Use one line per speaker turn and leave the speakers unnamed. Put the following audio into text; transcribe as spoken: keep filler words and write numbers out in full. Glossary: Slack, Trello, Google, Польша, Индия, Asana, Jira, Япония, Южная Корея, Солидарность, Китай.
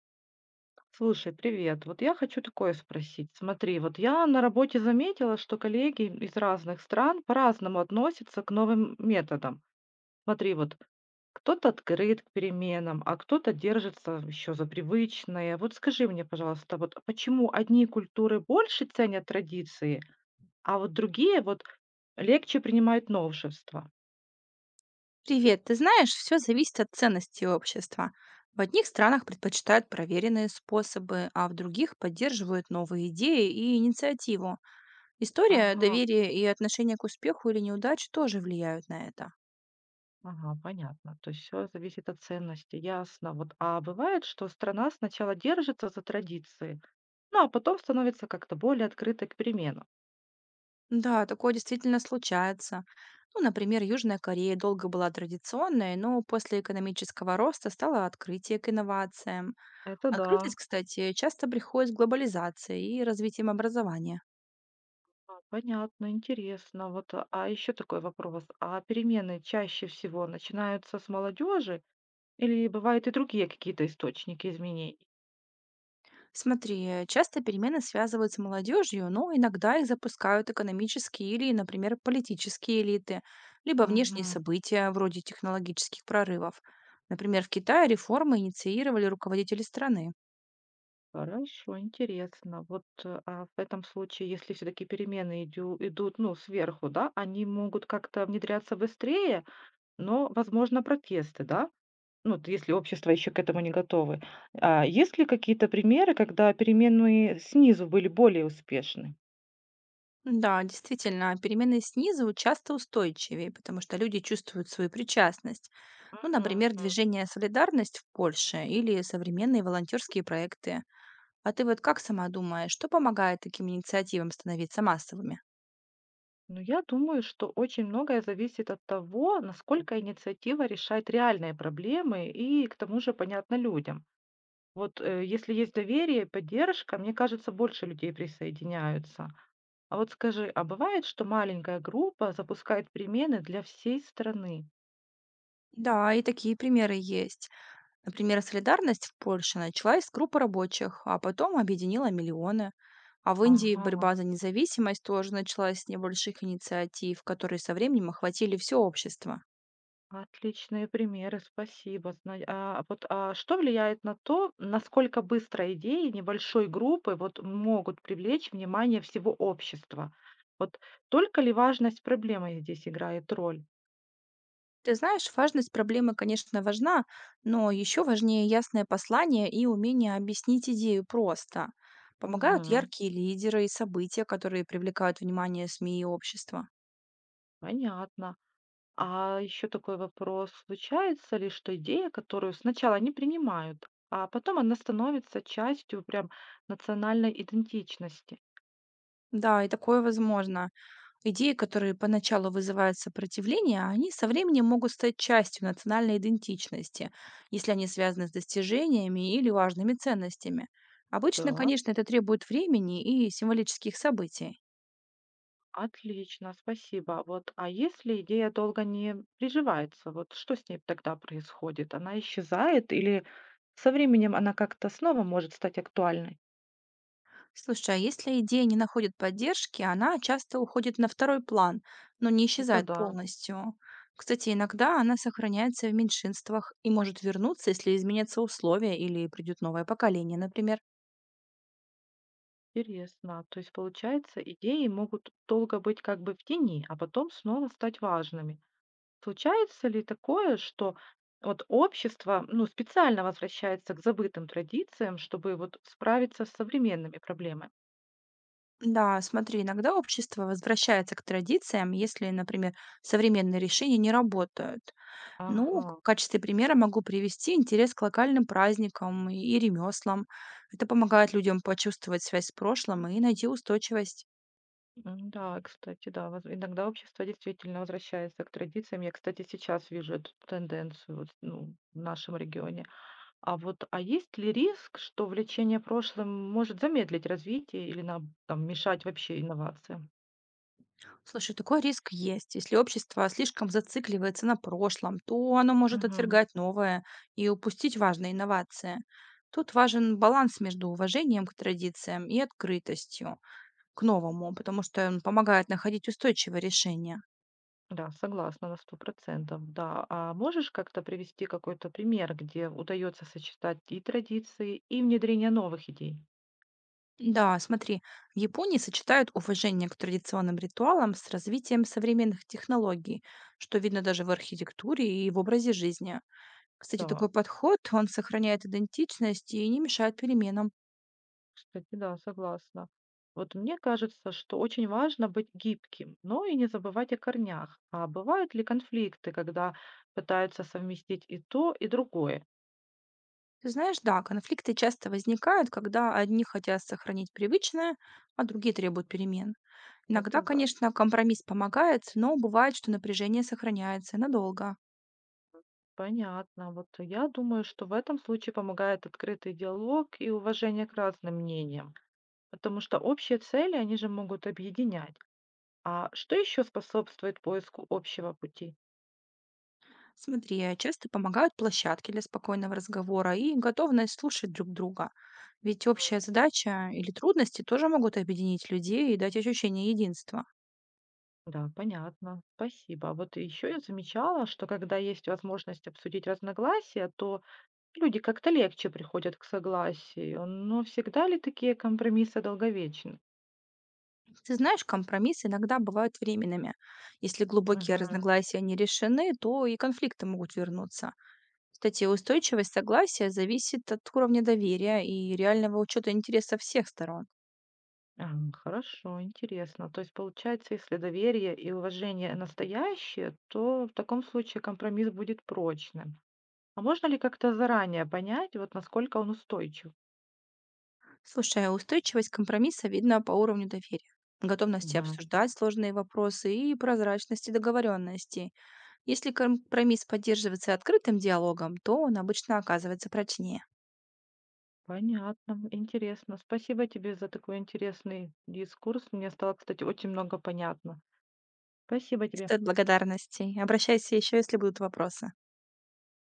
Слушай, привет. Вот я хочу такое спросить. Смотри, вот я на работе заметила, что коллеги из разных стран по-разному относятся к новым методам. Смотри, вот кто-то открыт к переменам, а кто-то держится еще за привычное. Вот скажи мне, пожалуйста, вот почему одни культуры больше ценят традиции, а вот другие вот легче принимают новшества?
Привет, ты знаешь, все зависит от ценностей общества. В одних странах предпочитают проверенные способы, а в других поддерживают новые идеи и инициативу. История,
Ага,
доверие и отношение к успеху или неудач тоже влияют на это.
ага, понятно. То есть все зависит от ценности, ясно. Вот, а бывает, что страна сначала держится за традиции, ну, а потом становится как-то более открытой к переменам.
Да, такое действительно случается. Ну, например, Южная Корея долго была традиционной, но после экономического роста стало открытие к инновациям.
Это
Открытость,
да.
кстати, часто приходит с глобализацией и развитием образования.
А, понятно, интересно. Вот, а а еще такой вопрос. А перемены чаще всего начинаются с молодежи или бывают и другие какие-то источники изменений?
Смотри, часто перемены связывают с молодежью, но иногда их запускают экономические или, например, политические элиты, либо внешние
Мгм.
события вроде технологических прорывов. Например, в Китае реформы инициировали руководители страны.
Хорошо, интересно. Вот э, а в этом случае, если все-таки перемены идю- идут, ну, сверху, да, они могут как-то внедряться быстрее, но, возможно, протесты, да? Ну, вот если общество еще к этому не готовы. А есть ли какие-то примеры, когда переменные снизу были более успешны?
Да, действительно, перемены снизу часто устойчивее, потому что люди чувствуют свою причастность.
Мгм.
Ну, например, движение «Солидарность» в Польше или современные волонтерские проекты. А ты вот как сама думаешь, что помогает таким инициативам становиться массовыми?
Ну, я думаю, что очень многое зависит от того, насколько инициатива решает реальные проблемы и к тому же понятно людям. Вот э, если есть доверие и поддержка, мне кажется, больше людей присоединяются. А вот скажи, а бывает, что маленькая группа запускает перемены для всей страны?
Да, и такие примеры есть. Например, солидарность в Польше началась с группы рабочих, а потом объединила миллионы. А в Индии
Ага.
борьба за независимость тоже началась с небольших инициатив, которые со временем охватили все общество.
Отличные примеры, спасибо. Зна- А вот, а что влияет на то, насколько быстро идеи небольшой группы вот могут привлечь внимание всего общества? Вот только ли важность проблемы здесь играет роль?
Ты знаешь, важность проблемы, конечно, важна, но еще важнее ясное послание и умение объяснить идею просто. Помогают
Мгм.
яркие лидеры и события, которые привлекают внимание СМИ и общества.
Понятно. А еще такой вопрос. Случается ли, что идея, которую сначала не принимают, а потом она становится частью прям национальной идентичности?
Да, и такое возможно. Идеи, которые поначалу вызывают сопротивление, они со временем могут стать частью национальной идентичности, если они связаны с достижениями или важными ценностями. Обычно,
Так.
конечно, это требует времени и символических событий.
Отлично, спасибо. Вот, а если идея долго не приживается, вот что с ней тогда происходит? Она исчезает или со временем она как-то снова может стать актуальной?
Слушай, а если идея не находит поддержки, она часто уходит на второй план, но не
Это
исчезает
да,
полностью. Кстати, иногда она сохраняется в меньшинствах и может вернуться, если изменятся условия или придет новое поколение, например.
интересно. То есть, получается, идеи могут долго быть как бы в тени, а потом снова стать важными. Случается ли такое, что вот общество, ну, специально возвращается к забытым традициям, чтобы вот справиться с современными проблемами?
Да, смотри, иногда общество возвращается к традициям, если, например, современные решения не работают. Ну,
Ага.
в качестве примера могу привести интерес к локальным праздникам и ремеслам. Это помогает людям почувствовать связь с прошлым и найти устойчивость.
М, да, кстати, да, воз- иногда общество действительно возвращается к традициям. Я, кстати, сейчас вижу эту тенденцию вот, ну, в нашем регионе. А вот, а есть ли риск, что влечение прошлым может замедлить развитие или на, там, мешать вообще инновациям?
Слушай, такой риск есть. Если общество слишком зацикливается на прошлом, то оно может
Мгм.
отвергать новое и упустить важные инновации. Тут важен баланс между уважением к традициям и открытостью. К новому, потому что он помогает находить устойчивое решение.
Да, согласна на сто процентов, да. А можешь как-то привести какой-то пример, где удается сочетать и традиции, и внедрение новых идей?
Да, смотри, в Японии сочетают уважение к традиционным ритуалам с развитием современных технологий, что видно даже в архитектуре и в образе жизни. Кстати,
Да.
такой подход, он сохраняет идентичность и не мешает переменам.
Кстати, да, согласна. Вот мне кажется, что очень важно быть гибким, но и не забывать о корнях. А бывают ли конфликты, когда пытаются совместить и то, и другое?
Ты знаешь, да, конфликты часто возникают, когда одни хотят сохранить привычное, а другие требуют перемен. Иногда,
Это да,
конечно, компромисс помогает, но бывает, что напряжение сохраняется надолго.
понятно. Вот я думаю, что в этом случае помогает открытый диалог и уважение к разным мнениям, потому что общие цели, они же могут объединять. А что еще способствует поиску общего пути?
Смотри, а часто помогают площадки для спокойного разговора и готовность слушать друг друга. Ведь общая задача или трудности тоже могут объединить людей и дать ощущение единства.
Да, понятно. Спасибо. А вот еще я замечала, что когда есть возможность обсудить разногласия, то люди как-то легче приходят к согласию. Но всегда ли такие компромиссы долговечны?
Ты знаешь, компромиссы иногда бывают временными. Если глубокие
Мгм.
разногласия не решены, то и конфликты могут вернуться. Кстати, устойчивость согласия зависит от уровня доверия и реального учета интересов всех сторон.
А, хорошо, интересно. То есть получается, если доверие и уважение настоящие, то в таком случае компромисс будет прочным. А можно ли как-то заранее понять, вот насколько он устойчив?
Слушай, а устойчивость компромисса видна по уровню доверия, готовности обсуждать сложные вопросы и прозрачности договоренности. Если компромисс поддерживается открытым диалогом, то он обычно оказывается прочнее.
Понятно, интересно. Спасибо тебе за такой интересный дискурс. Мне стало, кстати, очень много понятно. Спасибо
И
тебе.
стоит благодарности. Обращайся еще, если будут вопросы.